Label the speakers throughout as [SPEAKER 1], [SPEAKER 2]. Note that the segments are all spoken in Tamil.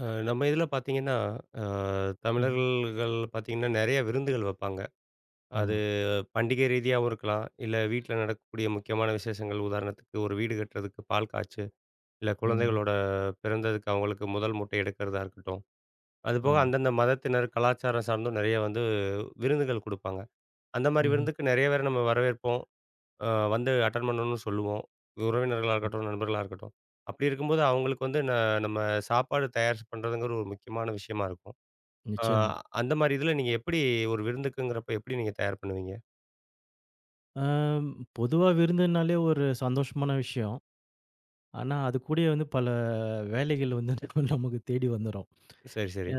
[SPEAKER 1] நம்ம இதில பார்த்தீங்கன்னா, அ
[SPEAKER 2] ம்.
[SPEAKER 1] தமிழர்கள் பார்த்தீங்கன்னா, நெறைய விருந்துகள் வைப்பாங்க. அது
[SPEAKER 2] ஆமா.
[SPEAKER 1] பண்டிகை ரீதியாவும் இருக்கலாம். இல்ல வீட்ல நடக்கக்கூடிய முக்கியமான விசேஷங்கள். உதாரணத்துக்கு ஒரு வீடு கட்டுறதுக்கு பால் காய்ச்சு, இல்ல
[SPEAKER 2] ம்.
[SPEAKER 1] குழந்தைகளோட பிறந்ததுக்கு அவங்களுக்கு முதல் முட்டை எடுக்கிறதா இருக்கட்டும். அதுபோக
[SPEAKER 2] ஆமா.
[SPEAKER 1] அந்தந்த மதத்தினர் கலாச்சாரம் சார்ந்தும் நெறைய வந்து விருந்துகள் குடுப்பாங்க. அந்த மாரி
[SPEAKER 2] ம்ஹ்ம்.
[SPEAKER 1] விருந்துக்கு நெறைய பேர நம்ம வரவேற்போம். அ வந்து அட்டெண்ட் பண்ணணும்னு சொல்லுவோம். உறவினர்களா
[SPEAKER 2] ம்.
[SPEAKER 1] இருக்கட்டும், நண்பர்களா இருக்கட்டும். அப்படி இருக்கும்போது அவங்களுக்கு வந்து நம்ம சாப்பாடு தயார் பண்றதுங்கிற ஒரு முக்கியமான விஷயமா இருக்கும். ஆ
[SPEAKER 2] நிச்சயமா.
[SPEAKER 1] அந்த மாரி இதில நீங்க எப்படி ஒரு விருந்துக்குங்கிறப்ப எப்படி நீங்க தயார் பண்ணுவீங்க?
[SPEAKER 2] ஆம், பொதுவா விருந்துனாலே ஒரு சந்தோஷமான விஷயம். ஆனா, அது கூடயே வந்து பல வேலைகள் வந்து நமக்கு தேடி வந்துரும்.
[SPEAKER 1] சரி, சரி.
[SPEAKER 2] அ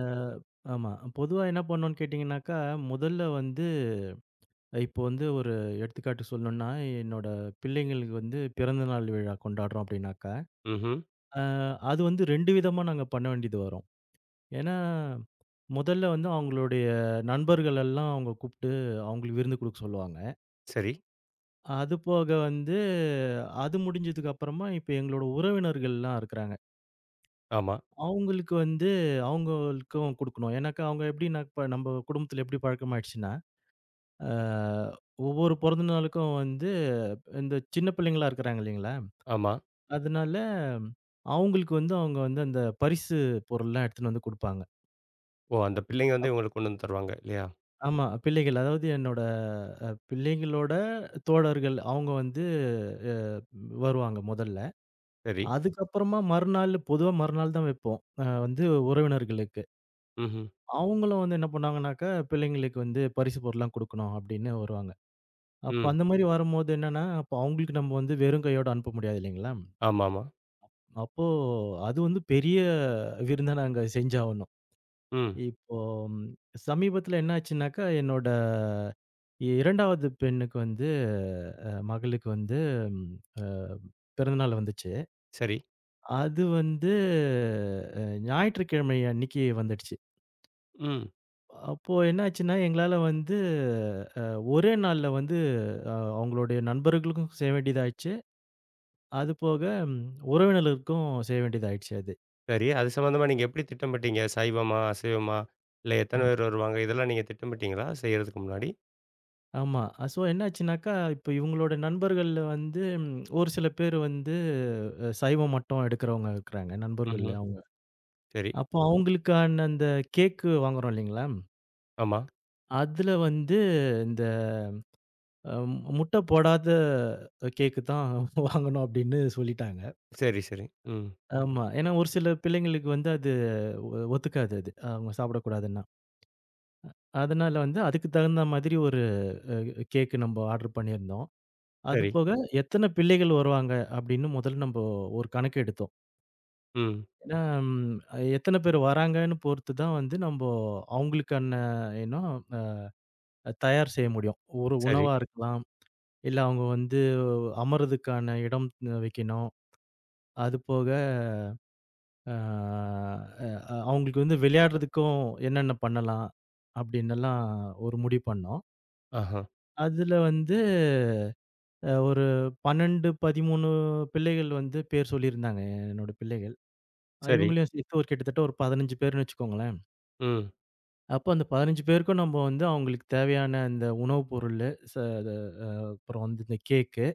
[SPEAKER 2] ஆமா. பொதுவா என்ன பண்ணுவோம்னு கேட்டீங்கன்னாக்கா, முதல்ல வந்து இப்போ வந்து ஒரு எடுத்துக்காட்டு சொல்லணும்னா, என்னோட பிள்ளைங்களுக்கு வந்து பிறந்தநாள் விழா கொண்டாடுறோம் அப்படின்னாக்கா,
[SPEAKER 1] ம்ஹ்ம்.
[SPEAKER 2] அ அது வந்து 2 விதமா நாங்க பண்ண வேண்டியது வரும். ஏன்னா, முதல்ல வந்து அவங்களுடைய நண்பர்கள் எல்லாம் அவங்க கூப்பிட்டு அவங்களுக்கு விருந்து குடுக்க சொல்லுவாங்க.
[SPEAKER 1] சரி.
[SPEAKER 2] அது போக வந்து, அது முடிஞ்சதுக்கு அப்புறமா இப்ப எங்களோட உறவினர்கள்லாம் இருக்கிறாங்க.
[SPEAKER 1] ஆமா,
[SPEAKER 2] அவங்களுக்கு வந்து அவங்களுக்கும் குடுக்கணும். ஏன்னாக்கா அவங்க எப்படின்னா, இப்ப நம்ப குடும்பத்தில எப்படி பழக்கமாயிடுச்சுன்னா, அ ஒவ்வொரு பிறந்த நாளுக்கும் வந்து இந்த சின்ன பிள்ளைங்களா இருக்கிறாங்க இல்லைங்களா?
[SPEAKER 1] ஆமா.
[SPEAKER 2] அதனால அவங்களுக்கு வந்து அவங்க வந்து அந்த பரிசு பொருள்லாம் எடுத்துன்னு வந்து குடுப்பாங்க.
[SPEAKER 1] ஓ! அந்த பிள்ளைங்க வந்து
[SPEAKER 2] அப்
[SPEAKER 1] உங்களுக்கு கொண்டு வந்து தருவாங்க இல்லையா?
[SPEAKER 2] ஆமா. பிள்ளைகள் அதாவது என்னோட பிள்ளைங்களோட தோழர்கள் அவங்க வந்து அ வருவாங்க முதல்ல.
[SPEAKER 1] சரி.
[SPEAKER 2] அதுக்கப்புறமா மறுநாள் பொதுவா மறுநாள் தான் வைப்போம். வந்து உறவினர்களுக்கு.
[SPEAKER 1] ம்ஹ்ம்.
[SPEAKER 2] அவங்களும் வந்து என்ன பண்ணாங்கனாக்கா, பிள்ளைங்களுக்கு வந்து பரிசு பொருள்லாம் குடுக்கணும் அப்படின்னு வருவாங்க. அப்ப
[SPEAKER 1] ம்.
[SPEAKER 2] அந்த மாரி வரும்போது என்னன்னா, அப்ப அவங்களுக்கு நம்ம வந்து வெறும் கையோட அனுப்ப முடியாது இல்லைங்களா?
[SPEAKER 1] ஆமாமா.
[SPEAKER 2] அப்போ அது வந்து பெரிய விருந்தா நாங்க செஞ்சாகணும்.
[SPEAKER 1] ம்.
[SPEAKER 2] இப்போ சமீபத்தில என்ன ஆச்சுனாக்கா, என்னோட 2வது பெண்ணுக்கு வந்து மகளுக்கு வந்து ம் அ பிறந்தநாள் வந்துச்சு.
[SPEAKER 1] சரி.
[SPEAKER 2] அது வந்து அ ஞாயிற்றுக்கிழமை அன்னைக்கு வந்துடுச்சு.
[SPEAKER 1] ம்.
[SPEAKER 2] அப்போ என்னாச்சுன்னா, எங்களால வந்து அ ஒரே நாள்ல வந்து அவங்களுடைய நண்பர்களுக்கும் செய்ய வேண்டியதாயிடுச்சு. அது போக ம் உறவினர்களுக்கும் செய்ய வேண்டியதாயிடுச்சு அது.
[SPEAKER 1] சரி. அது சம்மந்தமா நீங்க எப்படி திட்டமிட்டீங்க? சைவமா? அசைவமா? இல்ல
[SPEAKER 2] ஆ.
[SPEAKER 1] எத்தன பேர் வருவாங்க? இதெல்லாம் நீங்க திட்டமிட்டீங்களா? செய்யறதுக்கு முன்னாடி?
[SPEAKER 2] ஆமா. சோ என்னாச்சுனாக்கா, இப்போ இவங்களோட நண்பர்கள்ல வந்து ஒரு சில பேர் வந்து சைவம் மட்டும் எடுக்கிறவங்க இருக்கிறாங்க நண்பர்கள்ல
[SPEAKER 1] ம்ஹ்ம்.
[SPEAKER 2] அவங்க.
[SPEAKER 1] சரி.
[SPEAKER 2] அப்போ அவங்களுக்கான அந்த கேக்கு வாங்குறோம் இல்லைங்களா,
[SPEAKER 1] ஆமா.
[SPEAKER 2] அதுல வந்து இந்த அ முட்டை போடாத கேக்கு தான் வாங்கணும் அப்படின்னு சொல்லிட்டாங்க.
[SPEAKER 1] சரி, சரி. ம்.
[SPEAKER 2] ஆமா. ஏன்னா ஒரு சில பிள்ளைங்களுக்கு வந்து அது ஒத்துக்காது அது. அவங்க சாப்பிடக்கூடாதுன்னா. அதனால வந்து அதுக்கு தகுந்த மாதிரி ஒரு அ கேக்கு நம்ம ஆர்டர் பண்ணியிருந்தோம். அது
[SPEAKER 1] சரி.
[SPEAKER 2] போக எத்தன பிள்ளைகள் வருவாங்க அப்படின்னு முதல்ல நம்ப ஒரு கணக்கு எடுத்தோம்.
[SPEAKER 1] ம்.
[SPEAKER 2] ஏன்னா ம் எத்தன பேர் வராங்கன்னு பொறுத்து தான் வந்து நம்ப அவங்களுக்கான ஏன்னா தயார் செய்ய முடியும். ஒரு
[SPEAKER 1] சரி.
[SPEAKER 2] உணவா இருக்கலாம். இல்ல அவங்க வந்து அமர்றதுக்கான இடம் வைக்கணும். அது போக ஆ அ அவங்களுக்கு வந்து விளையாடுறதுக்கும் என்னென்ன பண்ணலாம்? அப்படின்னெல்லாம் ஒரு முடிவு பண்ணோம்.
[SPEAKER 1] ஆஹா.
[SPEAKER 2] அதுல வந்து ஒரு 12, 13 பிள்ளைகள் வந்து பேர் சொல்லியிருந்தாங்க என்னோட பிள்ளைகள்.
[SPEAKER 1] சரி.
[SPEAKER 2] இவங்களையும் சேர்த்து ஒரு கிட்டத்தட்ட ஒரு 15 பேருன்னு வச்சுக்கோங்களேன்.
[SPEAKER 1] ம்.
[SPEAKER 2] அப்போ அந்த 15 பேருக்கும் நம்ம வந்து அவங்களுக்கு தேவையான இந்த உணவு பொருளு, அது அ அப்புறம் வந்து இந்த கேக்கு,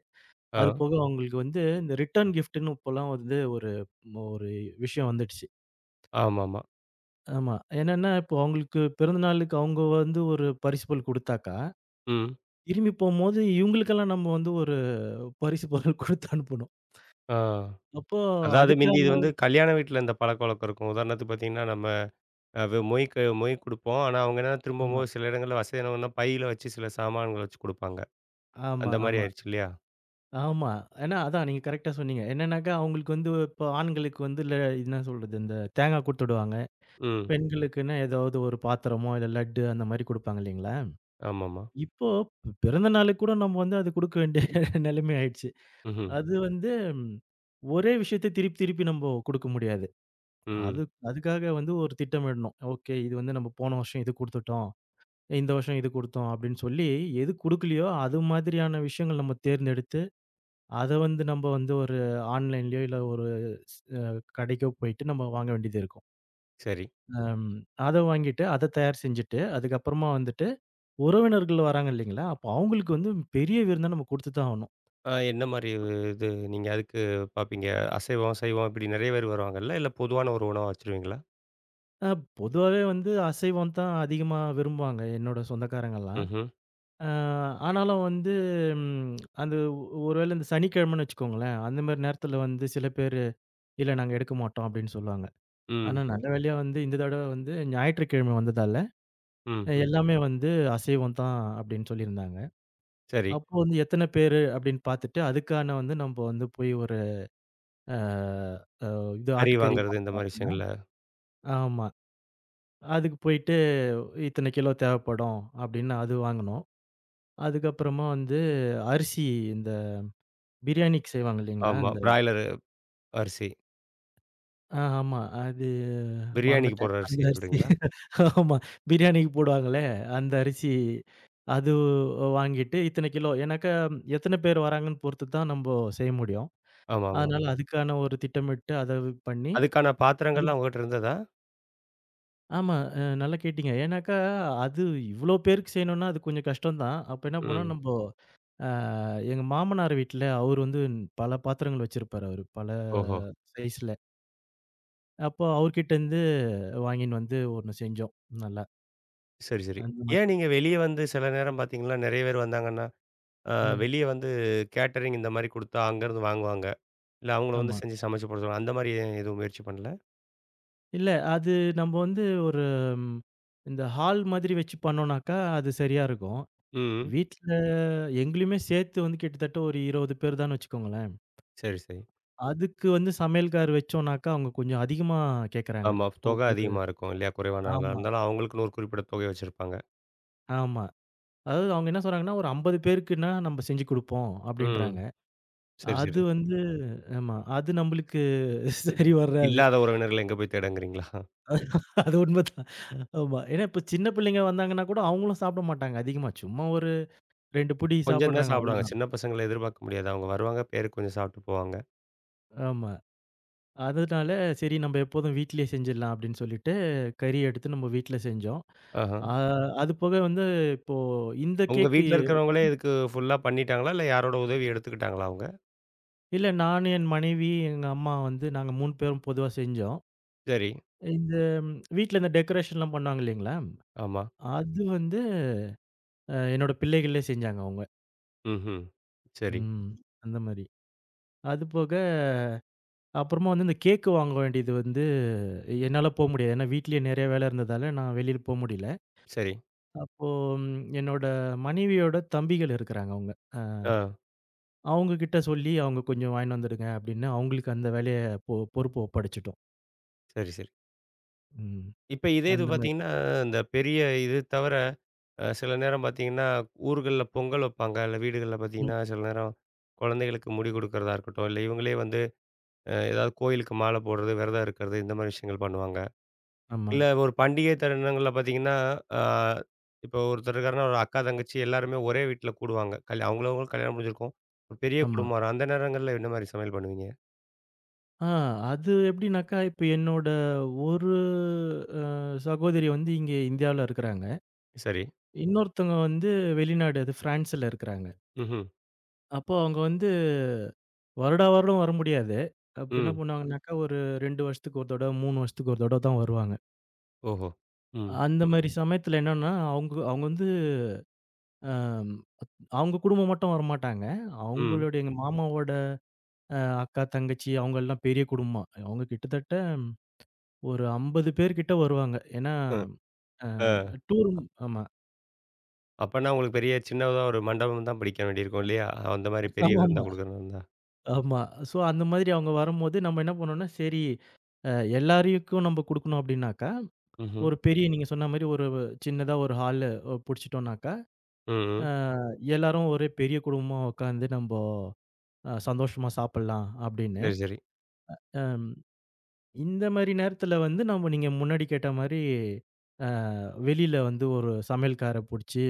[SPEAKER 1] ஆ.
[SPEAKER 2] அது போக அவங்களுக்கு வந்து இந்த ரிட்டர்ன் கிஃப்ட்ன்னு இப்போலாம் வந்து ஒரு ஒரு விஷயம் வந்துடுச்சு.
[SPEAKER 1] ஆமாமா.
[SPEAKER 2] ஆமா. என்னன்னா, இப்போ அவங்களுக்கு பிறந்த நாளுக்கு அவங்க வந்து ஒரு பரிசு பொருள் குடுத்தாக்கா,
[SPEAKER 1] ம்.
[SPEAKER 2] திரும்பி போம்போது இவங்களுக்கெல்லாம் நம்ம வந்து ஒரு பரிசு பொருள் குடுத்து அனுப்பணும்.
[SPEAKER 1] ஆ.
[SPEAKER 2] அப்போ
[SPEAKER 1] அதாவது மிந்தி
[SPEAKER 2] அதுக்கான
[SPEAKER 1] இது வந்து கல்யாண வீட்ல இந்த பழக்கவழக்கம் இருக்கும். உதாரணத்துக்கு பார்த்தீங்கன்னா, நம்ம அ மொய் குடுப்போம். ஆனா, அவங்க என்னன்னா
[SPEAKER 2] ஆமா,
[SPEAKER 1] திரும்பும்போது சில இடங்கள்ல வசதியானவங்கன்னா, பையில வச்சு சில சாமான்கள வச்சு குடுப்பாங்க.
[SPEAKER 2] ஆமா,
[SPEAKER 1] அந்த மாரி
[SPEAKER 2] ஆமா,
[SPEAKER 1] ஆயிருச்சு இல்லையா?
[SPEAKER 2] ஆமா. ஏன்னா அதான் நீங்க கரெக்ட்டா சொன்னீங்க. என்னன்னாக்கா அவங்களுக்கு வந்து இப்போ ஆண்களுக்கு வந்து என்ன சொல்றது, இந்த தேங்கா குடுத்து விடுவாங்க.
[SPEAKER 1] ம்.
[SPEAKER 2] பெண்களுக்குன்னா ஏதாவது ஒரு பாத்திரமோ, இல்ல லட்டு அந்த மாரி குடுப்பாங்க இல்லைங்களா?
[SPEAKER 1] ஆமாமா.
[SPEAKER 2] இப்போ பிறந்த நாளுக்கு கூட நம்ம வந்து அது குடுக்க வேண்டிய நிலைமை ஆயிடுச்சு.
[SPEAKER 1] ம்ஹ்ம்.
[SPEAKER 2] அது வந்து ம், ஒரே விஷயத்த திருப்பி திருப்பி நம்போ குடுக்க முடியாது.
[SPEAKER 1] ம்.
[SPEAKER 2] அது அதுக்காக வந்து ஒரு திட்டமிடணும். ஓகே. இது வந்து நம்ம போன வருஷம் இது குடுத்துட்டோம். இந்த வருஷம் இது குடுத்தோம் அப்படின்னு சொல்லி, எது குடுக்கலையோ அது மாதிரியான விஷயங்கள் நம்ம தேர்ந்தெடுத்து, அத வந்து நம்ம வந்து ஒரு ஆன்லைன்லயோ இல்ல ஒரு ஸ் அ கடைக்கோ போயிட்டு நம்ம வாங்க வேண்டியது இருக்கும்.
[SPEAKER 1] சரி.
[SPEAKER 2] அம் அத வாங்கிட்டு, அத தயார் செஞ்சுட்டு, அதுக்கப்புறமா வந்துட்டு உறவினர்கள் வராங்க இல்லைங்களா? அப்போ அவங்களுக்கு வந்து பெரிய விருந்தா நம்ம குடுத்து தான் ஆகணும்.
[SPEAKER 1] என்ன மாரி இது நீங்க அதுக்கு பார்ப்பீங்க? அசைவம், சைவம் இப்படி நெறைய பேர் வருவாங்கல்ல. இல்ல பொதுவான ஒரு உணவா வச்சுருவீங்களா?
[SPEAKER 2] அ பொதுவாவே வந்து அசைவம் தான் அதிகமா விரும்புவாங்க என்னோட சொந்தக்காரங்கலாம்.
[SPEAKER 1] ம்ஹ்ம்.
[SPEAKER 2] அ ஆனாலும் வந்து ம் அது ஒரு வேளை இந்த சனிக்கிழமைன்னு வச்சுக்கோங்களேன், அந்த மாரி நேரத்தில வந்து சில பேரு, "இல்ல நாங்க எடுக்க மாட்டோம்" அப்படின்னு சொல்லுவாங்க. ஆனா
[SPEAKER 1] ம்.
[SPEAKER 2] நல்ல வேளையா வந்து இந்த தடவ வந்து ஞாயிற்றுக்கிழமை வந்ததால,
[SPEAKER 1] ம். ம்.
[SPEAKER 2] எல்லாமே வந்து அசைவம் தான் அப்படின்னு சொல்லியிருந்தாங்க.
[SPEAKER 1] சரி.
[SPEAKER 2] அப்போ வந்து எத்தன பேரு அப்படின்னு பார்த்துட்டு, அதுக்கான வந்து நம்ப வந்து போய் ஒரு அ இது
[SPEAKER 1] கறி
[SPEAKER 2] ஆட்டுக்கறி
[SPEAKER 1] வாங்குறது இந்த
[SPEAKER 2] வாங்குனோம்
[SPEAKER 1] மாரி
[SPEAKER 2] அப்படின்னா
[SPEAKER 1] விஷயங்கள்ல.
[SPEAKER 2] ஆமா. அதுக்கு போயிட்டு இத்தன கிலோ தேவைப்படும் அப்படின்னு அது வாங்குனோம். அதுக்கப்புறமா வந்து அரிசி இந்த பிரியாணிக்கு செய்வாங்க இல்லைங்களா?
[SPEAKER 1] ஆமா.
[SPEAKER 2] இந்த
[SPEAKER 1] பிராய்லரு அரிசி.
[SPEAKER 2] ஆ, ஆமா. அது
[SPEAKER 1] பிரியாணிக்கு
[SPEAKER 2] மறந்துட்டேன்.
[SPEAKER 1] போடுற
[SPEAKER 2] அந்த
[SPEAKER 1] அரிசி
[SPEAKER 2] அரிசி
[SPEAKER 1] சொல்றீங்களா?
[SPEAKER 2] ஆமா. பிரியாணிக்கு போடுவாங்களே! அந்த அரிசி அது வாங்கிட்டு இத்தனை கிலோ ஏன்னாக்கா எத்தனை பேர் வராங்கன்னு பொறுத்து தான் நம்போ செய்ய முடியும்.
[SPEAKER 1] ஆமாமா.
[SPEAKER 2] அதனால அதுக்கான ஒரு திட்டமிட்டு அத பண்ணி
[SPEAKER 1] அதுக்கான
[SPEAKER 2] அது
[SPEAKER 1] பாத்திரங்கள்லாம் உங்ககிட்ட இருந்ததா?
[SPEAKER 2] ஆமா. நல்லா கேட்டீங்க. ஏன்னாக்கா அது இவ்ளோ பேருக்கு செய்யணுன்னா அது கொஞ்சம் கஷ்டம் தான். அப்ப என்ன பண்ணோம்
[SPEAKER 1] ம்.
[SPEAKER 2] நம்போ ஆ எங்க மாமனார் வீட்ல அவரு வந்து பல பாத்திரங்கள் வச்சிருப்பாரு அவரு. பல
[SPEAKER 1] ஓஹோ!
[SPEAKER 2] சைஸ்ல. அப்போ அவர்கிட்டருந்து வாங்கின்னு வந்து ஒண்ணு செஞ்சோம். நல்லா
[SPEAKER 1] சரி, சரி.
[SPEAKER 2] அந்த
[SPEAKER 1] ஏன்
[SPEAKER 2] மாதிரி.
[SPEAKER 1] நீங்க வெளிய வந்து சில நேரம் பார்த்தீங்கன்னா, நெறைய பேர் வந்தாங்கன்னா, அ
[SPEAKER 2] ம்.
[SPEAKER 1] வெளிய வந்து கேட்டரிங் இந்த மாரி குடுத்தா அங்கருந்து வாங்குவாங்க. இல்ல அவங்கள
[SPEAKER 2] ஆமா.
[SPEAKER 1] வந்து செஞ்சு சமைச்சு போட சொல்லுவாங்க. அந்த மாரி ஏன் எதுவும் முயற்சி பண்ணல?
[SPEAKER 2] இல்ல அது நம்ம வந்து ஒரு ம் இந்த ஹால் மாதிரி வச்சு பண்ணோம்னாக்கா, அது சரியா இருக்கும்.
[SPEAKER 1] ம்.
[SPEAKER 2] வீட்ல எங்களையுமே சேர்த்து வந்து கிட்டத்தட்ட ஒரு 20 பேர் தான் வச்சுக்கோங்களேன்.
[SPEAKER 1] சரி, சரி.
[SPEAKER 2] அதுக்கு வந்து சமையல்கார் வச்சோம்னாக்கா, அவங்க கொஞ்சம் அதிகமா கேட்கறாங்க.
[SPEAKER 1] ஆமா. தொகை
[SPEAKER 2] ஒவ்வொரு
[SPEAKER 1] அதிகமா இருக்கும் இல்லையா? குறைவான ஆளா
[SPEAKER 2] ஆமா,
[SPEAKER 1] இருந்தாலும் அவங்களுக்குன்னு ஒரு குறிப்பிட்ட தொகை வச்சிருப்பாங்க.
[SPEAKER 2] ஆமா. அதாவது அவங்க என்ன சொல்றாங்கன்னா, "ஒரு 50 பேருக்குன்னா நம்ம செஞ்சு குடுப்போம்"
[SPEAKER 1] ம்.
[SPEAKER 2] அப்படின்றாங்க.
[SPEAKER 1] சரி,
[SPEAKER 2] அது
[SPEAKER 1] சரி.
[SPEAKER 2] வந்து ஆமா. அது நம்மளுக்கு சரி வராது.
[SPEAKER 1] இல்லாத உறவினர்கள எங்க போய் தேடங்கிறீங்களா?
[SPEAKER 2] அது உண்மதான். ஆமா. ஏன்னா இப்ப சின்ன பிள்ளைங்க வந்தாங்கன்னா கூட அவங்களும் சாப்பிட மாட்டாங்க அதிகமா. சும்மா ஒரு 2 புடி
[SPEAKER 1] கொஞ்சம் தான்
[SPEAKER 2] சாப்பிடுறாங்க
[SPEAKER 1] சாப்பிடுவாங்க.
[SPEAKER 2] அவ்வளோதான்.
[SPEAKER 1] சின்ன பசங்கள எதிர்பார்க்க முடியாது. அவங்க வருவாங்க, பேருக்கு கொஞ்சம் சாப்பிட்டு போவாங்க.
[SPEAKER 2] ஆமா. அதனால சரி நம்ம எப்போதும் வீட்லயே செஞ்சிடலாம் அப்படின்னு சொல்லிட்டு கறி எடுத்து நம்ம வீட்ல செஞ்சோம்.
[SPEAKER 1] ஆஹா.
[SPEAKER 2] ஆ அது போக வந்து இப்போ இந்த
[SPEAKER 1] உங்க
[SPEAKER 2] கேக்கு
[SPEAKER 1] வீட்ல இருக்கிறவங்களே இதுக்கு ஃபுல்லா பண்ணிட்டாங்களா? இல்ல யாரோட உதவி எடுத்துக்கிட்டாங்களா அவங்க?
[SPEAKER 2] இல்ல நான், என் மனைவி, எங்க அம்மா வந்து நாங்க 3 பேரும் பொதுவா செஞ்சோம்.
[SPEAKER 1] சரி.
[SPEAKER 2] இந்த வீட்ல இந்த டெக்கரேஷன்லாம் பண்ணுவாங்க இல்லைங்களா?
[SPEAKER 1] ஆமா.
[SPEAKER 2] அது வந்து என்னோட பிள்ளைகளே செஞ்சாங்க அவங்க.
[SPEAKER 1] ம்ஹ்ம். சரி,
[SPEAKER 2] ம். அந்த மாரி. அது போக அப்புறமா வந்து இந்த கேக் வாங்க வேண்டியது வந்து என்னால போ முடியாது. ஏன்னா வீட்லயே நெறைய வேலை இருந்ததால, நான் வெளியில போ முடியல.
[SPEAKER 1] சரி.
[SPEAKER 2] அப்போ ம் என்னோட மனைவியோட தம்பிகள் இருக்கிறாங்க அவுங்க.
[SPEAKER 1] ஆ,
[SPEAKER 2] அவுங்க கிட்ட சொல்லி, "அவுங்க கொஞ்சம் வாங்கின்னு வந்துடுங்க" அப்படின்னு அவங்களுக்கு அந்த வேலைய பொறுப்ப ஒப்படைச்சுட்டோம்.
[SPEAKER 1] சரி, சரி.
[SPEAKER 2] ம்.
[SPEAKER 1] இப்ப இதே இது
[SPEAKER 2] அந்த மாரி.
[SPEAKER 1] பார்த்தீங்கன்னா, இந்த பெரிய இது தவிர, சில நேரம் பார்த்தீங்கன்னா, ஊர்கள்ல பொங்கல் வைப்பாங்க. இல்ல வீடுகள்ல
[SPEAKER 2] ம்.
[SPEAKER 1] பார்த்தீங்கன்னா, சில நேரம் குழந்தைகளுக்கு முடி கொடுக்கறதா இருக்கட்டும், இல்ல இவங்களே வந்து ஏதாவது கோயிலுக்கு மாலை போடுறது, விரதம் இருக்கிறது, இந்த மாரி விஷயங்கள் பண்ணுவாங்க.
[SPEAKER 2] ஆமா,
[SPEAKER 1] இல்ல ஒரு பண்டிகை தருணங்கள்ல பார்த்தீங்கன்னா, அ இப்போ ஒருத்தர் இருக்காருன்னா, ஒரு அக்கா, தங்கச்சி எல்லாருமே ஒரே வீட்ல கூடுவாங்க. அவங்கவங்களுக்கு கல்யாணம் முடிஞ்சிருக்கும். ஒரு பெரிய
[SPEAKER 2] ஆமா.
[SPEAKER 1] குடும்பம் வரும். அந்த நேரங்கள்ல என்ன மாரி சமையல் பண்ணுவீங்க?
[SPEAKER 2] ஆ அது எப்படின்னாக்கா, இப்ப என்னோட ஒரு அ சகோதரி வந்து இங்க இந்தியாவுல இருக்கிறாங்க.
[SPEAKER 1] சரி.
[SPEAKER 2] இன்னொருத்தவங்க வந்து வெளிநாடு அது பிரான்ஸ்ல இருக்கிறாங்க.
[SPEAKER 1] ம்ஹ்ம்.
[SPEAKER 2] அப்போ அவுங்க வந்து வருடா வருடம் வர முடியாது. அப்ப என்ன
[SPEAKER 1] ம்.
[SPEAKER 2] பண்ணுவாங்கனாக்கா, ஒரு 2 வருஷத்துக்கு ஒரு தடவ, 3 வருஷத்துக்கு ஒரு தடவ தான் வருவாங்க.
[SPEAKER 1] ஓஹோ! ம்.
[SPEAKER 2] அந்த மாரி சமயத்துல என்னன்னா, அவுங்க அவுங்க வந்து அ அவுங்க குடும்பம் மட்டும் வரமாட்டாங்க.
[SPEAKER 1] ம்.
[SPEAKER 2] அவுங்களுடைய எங்க மாமாவோட அ அக்கா, தங்கச்சி அவுங்கலாம் பெரிய குடும்பம். அவுங்க கிட்டத்தட்ட ஒரு 50 பேர் கிட்ட வருவாங்க. ஏன்னா,
[SPEAKER 1] அ,
[SPEAKER 2] அ
[SPEAKER 1] அ.
[SPEAKER 2] டூர்
[SPEAKER 1] அப்
[SPEAKER 2] ஆமா.
[SPEAKER 1] அப்பன்னா உங்களுக்கு பெரிய சின்னதா ஒரு மண்டபம் தான் பிடிக்க வேண்டியிருக்கும் இல்லையா? அந்த மாரி பெரிய விருந்தா
[SPEAKER 2] ஆமாமா, ஆமா.
[SPEAKER 1] குடுக்கறதா இருந்தா.
[SPEAKER 2] ஆமா ஸோ, அந்த மாதிரி அவுங்க வரும்போது, நம்ம என்ன பண்ணோம்னா, சரி அ எல்லாருக்கும் நம்ம குடுக்கணும் அப்டின்னாக்கா
[SPEAKER 1] ம்ஹ்ம்.
[SPEAKER 2] ஒரு பெரிய நீங்க சொன்ன மாரி ஒரு சின்னதா ஒரு ஹாலு புடிச்சுட்டோம்னாக்கா,
[SPEAKER 1] ம்.
[SPEAKER 2] அ எல்லாரும் ஒரே பெரிய குடும்பமா உட்காந்து நம்போ சந்தோஷமா சாப்பிடலாம் அப்படின்னு.
[SPEAKER 1] சரி, சரி.
[SPEAKER 2] அம் இந்த மாரி நேரத்துல வந்து நம்ம நீங்க முன்னாடி கேட்ட மாரி, அ வெளியில வந்து ஒரு சமையல்கார புடிச்சு,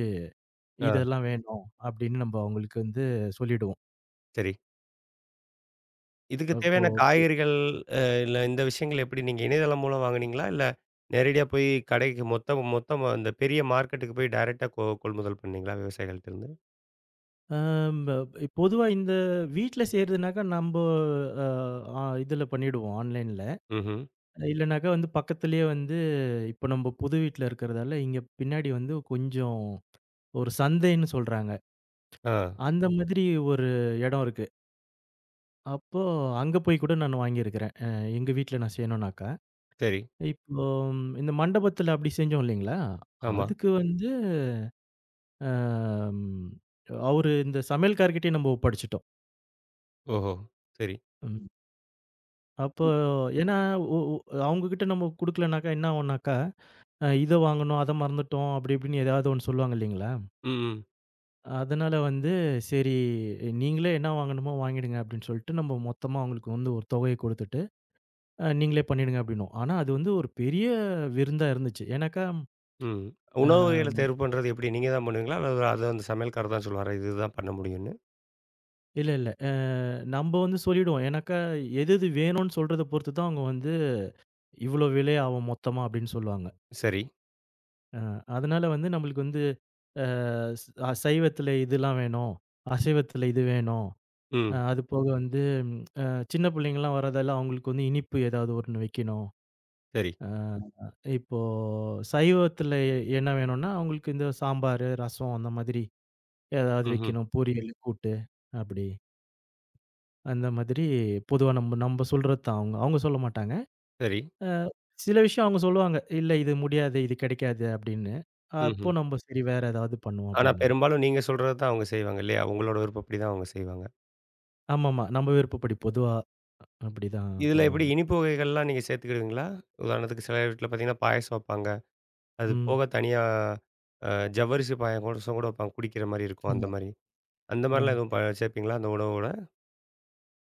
[SPEAKER 1] ஆ,
[SPEAKER 2] "இதெல்லாம் வேணும்" அப்படின்னு நம்ப அவங்களுக்கு வந்து சொல்லிடுவோம்.
[SPEAKER 1] சரி. இதுக்கு
[SPEAKER 2] அப்போ
[SPEAKER 1] தேவையான காய்கறிகள், இல்ல இந்த விஷயங்கள் எப்படி நீங்க இணையதளம் மூலம் வாங்குனீங்களா? இல்ல நேரடியா போய் கடைக்கு மொத்த மொத்தமா அந்த பெரிய மார்க்கெட்டுக்கு போய் டைரக்ட்டா கொள்முதல் பண்ணீங்களா விவசாயிகள்ட்டருந்து?
[SPEAKER 2] நம்ப பொதுவா இந்த வீட்ல செய்றதுனாக்கா நம்போ அ ஆ இதுல பண்ணிடுவோம் ஆன்லைன்ல.
[SPEAKER 1] ம்ஹ்ம்.
[SPEAKER 2] இல்லனாக்கா வந்து பக்கத்திலேயே வந்து இப்ப நம்ம புது வீட்ல இருக்கிறதால, இங்க பின்னாடி வந்து கொஞ்சம் ஒரு சந்தைன்னு சொல்றாங்க.
[SPEAKER 1] ஆ,
[SPEAKER 2] அந்த மாதிரி ஒரு இடம் இருக்கு. அப்போ அங்க போய் கூட நான் வாங்கியிருக்கிறேன். எங்க வீட்ல நான் செய்யணும்னாக்கா.
[SPEAKER 1] சரி.
[SPEAKER 2] இப்போ இந்த மண்டபத்தில அப்படி செஞ்சோம் இல்லைங்களா?
[SPEAKER 1] ஆமா.
[SPEAKER 2] அதுக்கு வந்து அம் அவரு இந்த சமையல்கார்கிட்டயே நம்ம ஒப்படைச்சுட்டோம்.
[SPEAKER 1] ஓஹோ! சரி.
[SPEAKER 2] ம். அப்போ
[SPEAKER 1] இப்
[SPEAKER 2] ஏன்னா ஒ ஒ அவங்ககிட்ட நம்ம குடுக்கலனாக்கா என்ன ஆகும்னாக்கா, "இத வாங்கணும், அத மறந்துட்டோம்" அப்படி இப்படின்னு ஏதாவது ஒண்ணு சொல்லுவாங்க இல்லைங்களா?
[SPEAKER 1] ம், ம்.
[SPEAKER 2] அதனால வந்து சரி நீங்களே என்ன வாங்கணுமோ வாங்கிடுங்க அப்படின்னு சொல்லிட்டு நம்ம மொத்தமா அவங்களுக்கு வந்து ஒரு தொகையை கொடுத்துட்டு நீங்களே பண்ணிடுங்க அப்படின்னோம். ஆனா அது வந்து ஒரு பெரிய விருந்தா இருந்துச்சு. ஏன்னாக்கா
[SPEAKER 1] ம். உணவு வகைகள
[SPEAKER 2] அ,
[SPEAKER 1] தேர்வு பண்றது எப்படி? நீங்க தான் பண்ணுவீங்களா? அல்லது அது அந்த சமையல்காரர் தான் சொல்லுவாரா? இதுதான் பண்ண முடியும்னு?
[SPEAKER 2] இல்ல இல்ல நம்ம வந்து சொல்லிடுவோம். ஏன்னாக்கா எது எது வேணும்னு சொல்றத பொறுத்து தான் அவங்க வந்து இவ்வளோ விலை ஆகும் மொத்தமா அப்படின்னு சொல்லுவாங்க.
[SPEAKER 1] சரி.
[SPEAKER 2] அ, அதனால வந்து நம்மளுக்கு வந்து அ, சைவத்துல இதெல்லாம் வேணும். அசைவத்துல இது வேணும்.
[SPEAKER 1] ம்.
[SPEAKER 2] அது போக வந்து ம், அ, சின்ன பிள்ளைங்கலாம் வரதெல்லாம் அவங்களுக்கு வந்து இனிப்பு ஏதாவது ஒண்ணு வைக்கணும்.
[SPEAKER 1] சரி.
[SPEAKER 2] ஆ, இப்போ சைவத்துல என்ன வேணும்னா, அவங்களுக்கு இந்த சாம்பாரு, ரசம் அந்த மாதிரி ஏதாவது
[SPEAKER 1] ம்ஹ்ம்.
[SPEAKER 2] வைக்கணும். பொரியலு, கூட்டு அப்படி. அந்த மாதிரி பொதுவா நம்ம நம்ம சொல்றது தான் அவங்க. அவங்க சொல்ல மாட்டாங்க.
[SPEAKER 1] சரி.
[SPEAKER 2] அ சில விஷயம் அவங்க சொல்லுவாங்க. "இல்ல இது முடியாது, இது கிடைக்காது" அப்படின்னு. அப்போ
[SPEAKER 1] ம்ஹ்ம்.
[SPEAKER 2] நம்ம சரி வேற ஏதாவது பண்ணுவோம்
[SPEAKER 1] ஆனா,
[SPEAKER 2] அப்படின்னுவோம்.
[SPEAKER 1] பெரும்பாலும் நீங்க சொல்றது தான் அவங்க செய்வாங்க இல்லையா? உங்களோட விருப்பப்படி தான் அவங்க செய்வாங்க.
[SPEAKER 2] ஆமாமா. நம்ம விருப்பப்படி பொதுவா அப்படிதான்
[SPEAKER 1] இதில எப்படி
[SPEAKER 2] பண்ணுவாங்க.
[SPEAKER 1] இனிப்பு வகைகள்லாம் நீங்க சேர்த்துக்கிடுவீங்களா? உதாரணத்துக்கு சில வீட்ல பார்த்தீங்கன்னா, பாயாசம் வைப்பாங்க. அது
[SPEAKER 2] ம்.
[SPEAKER 1] போக தனியா அ ஜவ்வரிசி பாயாசம் கூட வைப்பாங்க. குடிக்கிற மாரி இருக்கும் அந்த
[SPEAKER 2] ஆமா.
[SPEAKER 1] மாரி. அந்த
[SPEAKER 2] ஆ.
[SPEAKER 1] மாரிலாம் எதுவும் சேர்ப்பீங்களா அந்த உணவோட?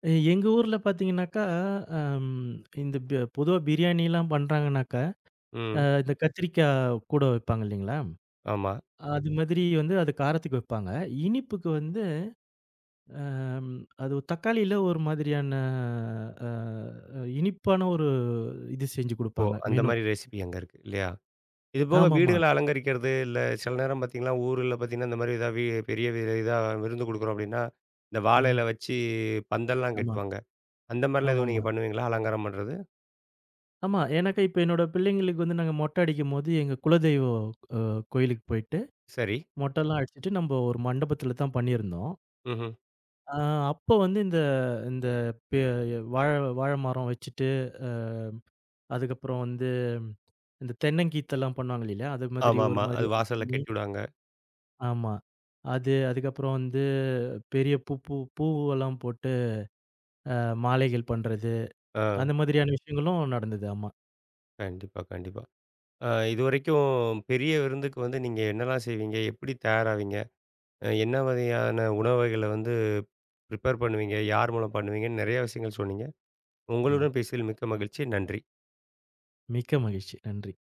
[SPEAKER 2] எங்க ஊர்ல பார்த்தீங்கன்னாக்கா, அம் இந்த பொதுவா பிரியாணிலாம் பண்றாங்கனாக்கா
[SPEAKER 1] ம்.
[SPEAKER 2] இந்த கத்திரிக்காய் கூட வைப்பாங்க இல்லைங்களா?
[SPEAKER 1] ஆமா.
[SPEAKER 2] அது ஆமாங்க. மாதிரி வந்து அது காரத்துக்கு வைப்பாங்க. இனிப்புக்கு வந்து அம் அது தக்காளியில ஒரு மாதிரியான அ அ, இனிப்பான ஒரு இது செஞ்சு
[SPEAKER 1] ஓ!
[SPEAKER 2] குடுப்பாங்க
[SPEAKER 1] அந்த
[SPEAKER 2] மெனு.
[SPEAKER 1] மாரி ரெசிபி அங்க இருக்கு இல்லையா? இது போக
[SPEAKER 2] ஆமாமா.
[SPEAKER 1] வீடுகள அலங்கரிக்கிறது, இல்ல சில நேரம் பார்த்தீங்கன்னா, ஊருல பார்த்தீங்கன்னா, இந்த மாரி ஏதாவது பெரிய இதா விருந்து குடுக்குறோம் அப்டின்னா, இந்த வாழ
[SPEAKER 2] ம்.
[SPEAKER 1] இல வச்சு பந்தல்லாம்
[SPEAKER 2] ஆமா.
[SPEAKER 1] கட்டுவாங்க. அந்த மாரிலாம் எதுவும்
[SPEAKER 2] ஆமாமா.
[SPEAKER 1] நீங்க பண்ணுவீங்களா? அலங்காரம் பண்றது?
[SPEAKER 2] ஆமா. எனக்கு இப்ப என்னோட பிள்ளைங்களுக்கு வந்து நாங்க மொட்டை அடிக்கும்போது எங்க குலதெய்வ அ கோயிலுக்கு போயிட்டு
[SPEAKER 1] சரி.
[SPEAKER 2] மொட்டைலாம் அடிச்சுட்டு நம்ப ஒரு மண்டபத்தில தான் பண்ணியிருந்தோம்.
[SPEAKER 1] ம்ஹ்ம்.
[SPEAKER 2] ஆ அப்ப வந்து இந்த இந்த பெ வாழ வாழ மரம் வச்சுட்டு, அ அதுக்கப்புறம் வந்து இந்த தென்னங்கீத்தெல்லாம் பண்ணுவாங்க இல்லையா? அது மாதிரி ஒரு
[SPEAKER 1] ஆமாமா.
[SPEAKER 2] மாதிரி
[SPEAKER 1] அது
[SPEAKER 2] ஒண்ணு
[SPEAKER 1] வாசல்ல
[SPEAKER 2] பண்ணி
[SPEAKER 1] கட்டிவிடுவாங்க.
[SPEAKER 2] ஆமா. அது அதுக்கப்புறம் வந்து பெரிய பூ பூ பூவெல்லாம் போட்டு அ மாலைகள் பண்றது,
[SPEAKER 1] ஆ.
[SPEAKER 2] அந்த மாதிரியான விஷயங்களும் நடந்தது. ஆமா.
[SPEAKER 1] கண்டிப்பா, கண்டிப்பா. இதுவரைக்கும் பெரிய விருந்துக்கு வந்து நீங்க என்னலாம் செய்வீங்க? எப்படி தயாராவீங்க? என்ன வகையான உணவு வகைகள வந்து ப்ரிப்பேர் பண்ணுவீங்க? யார் மூலம் பண்ணுவீங்கன்னு நெறைய விஷயங்கள் சொன்னீங்க.
[SPEAKER 2] ம்.
[SPEAKER 1] உங்களுடன் பேசியதில் மிக்க மகிழ்ச்சி. நன்றி.
[SPEAKER 2] மிக்க மகிழ்ச்சி. நன்றி.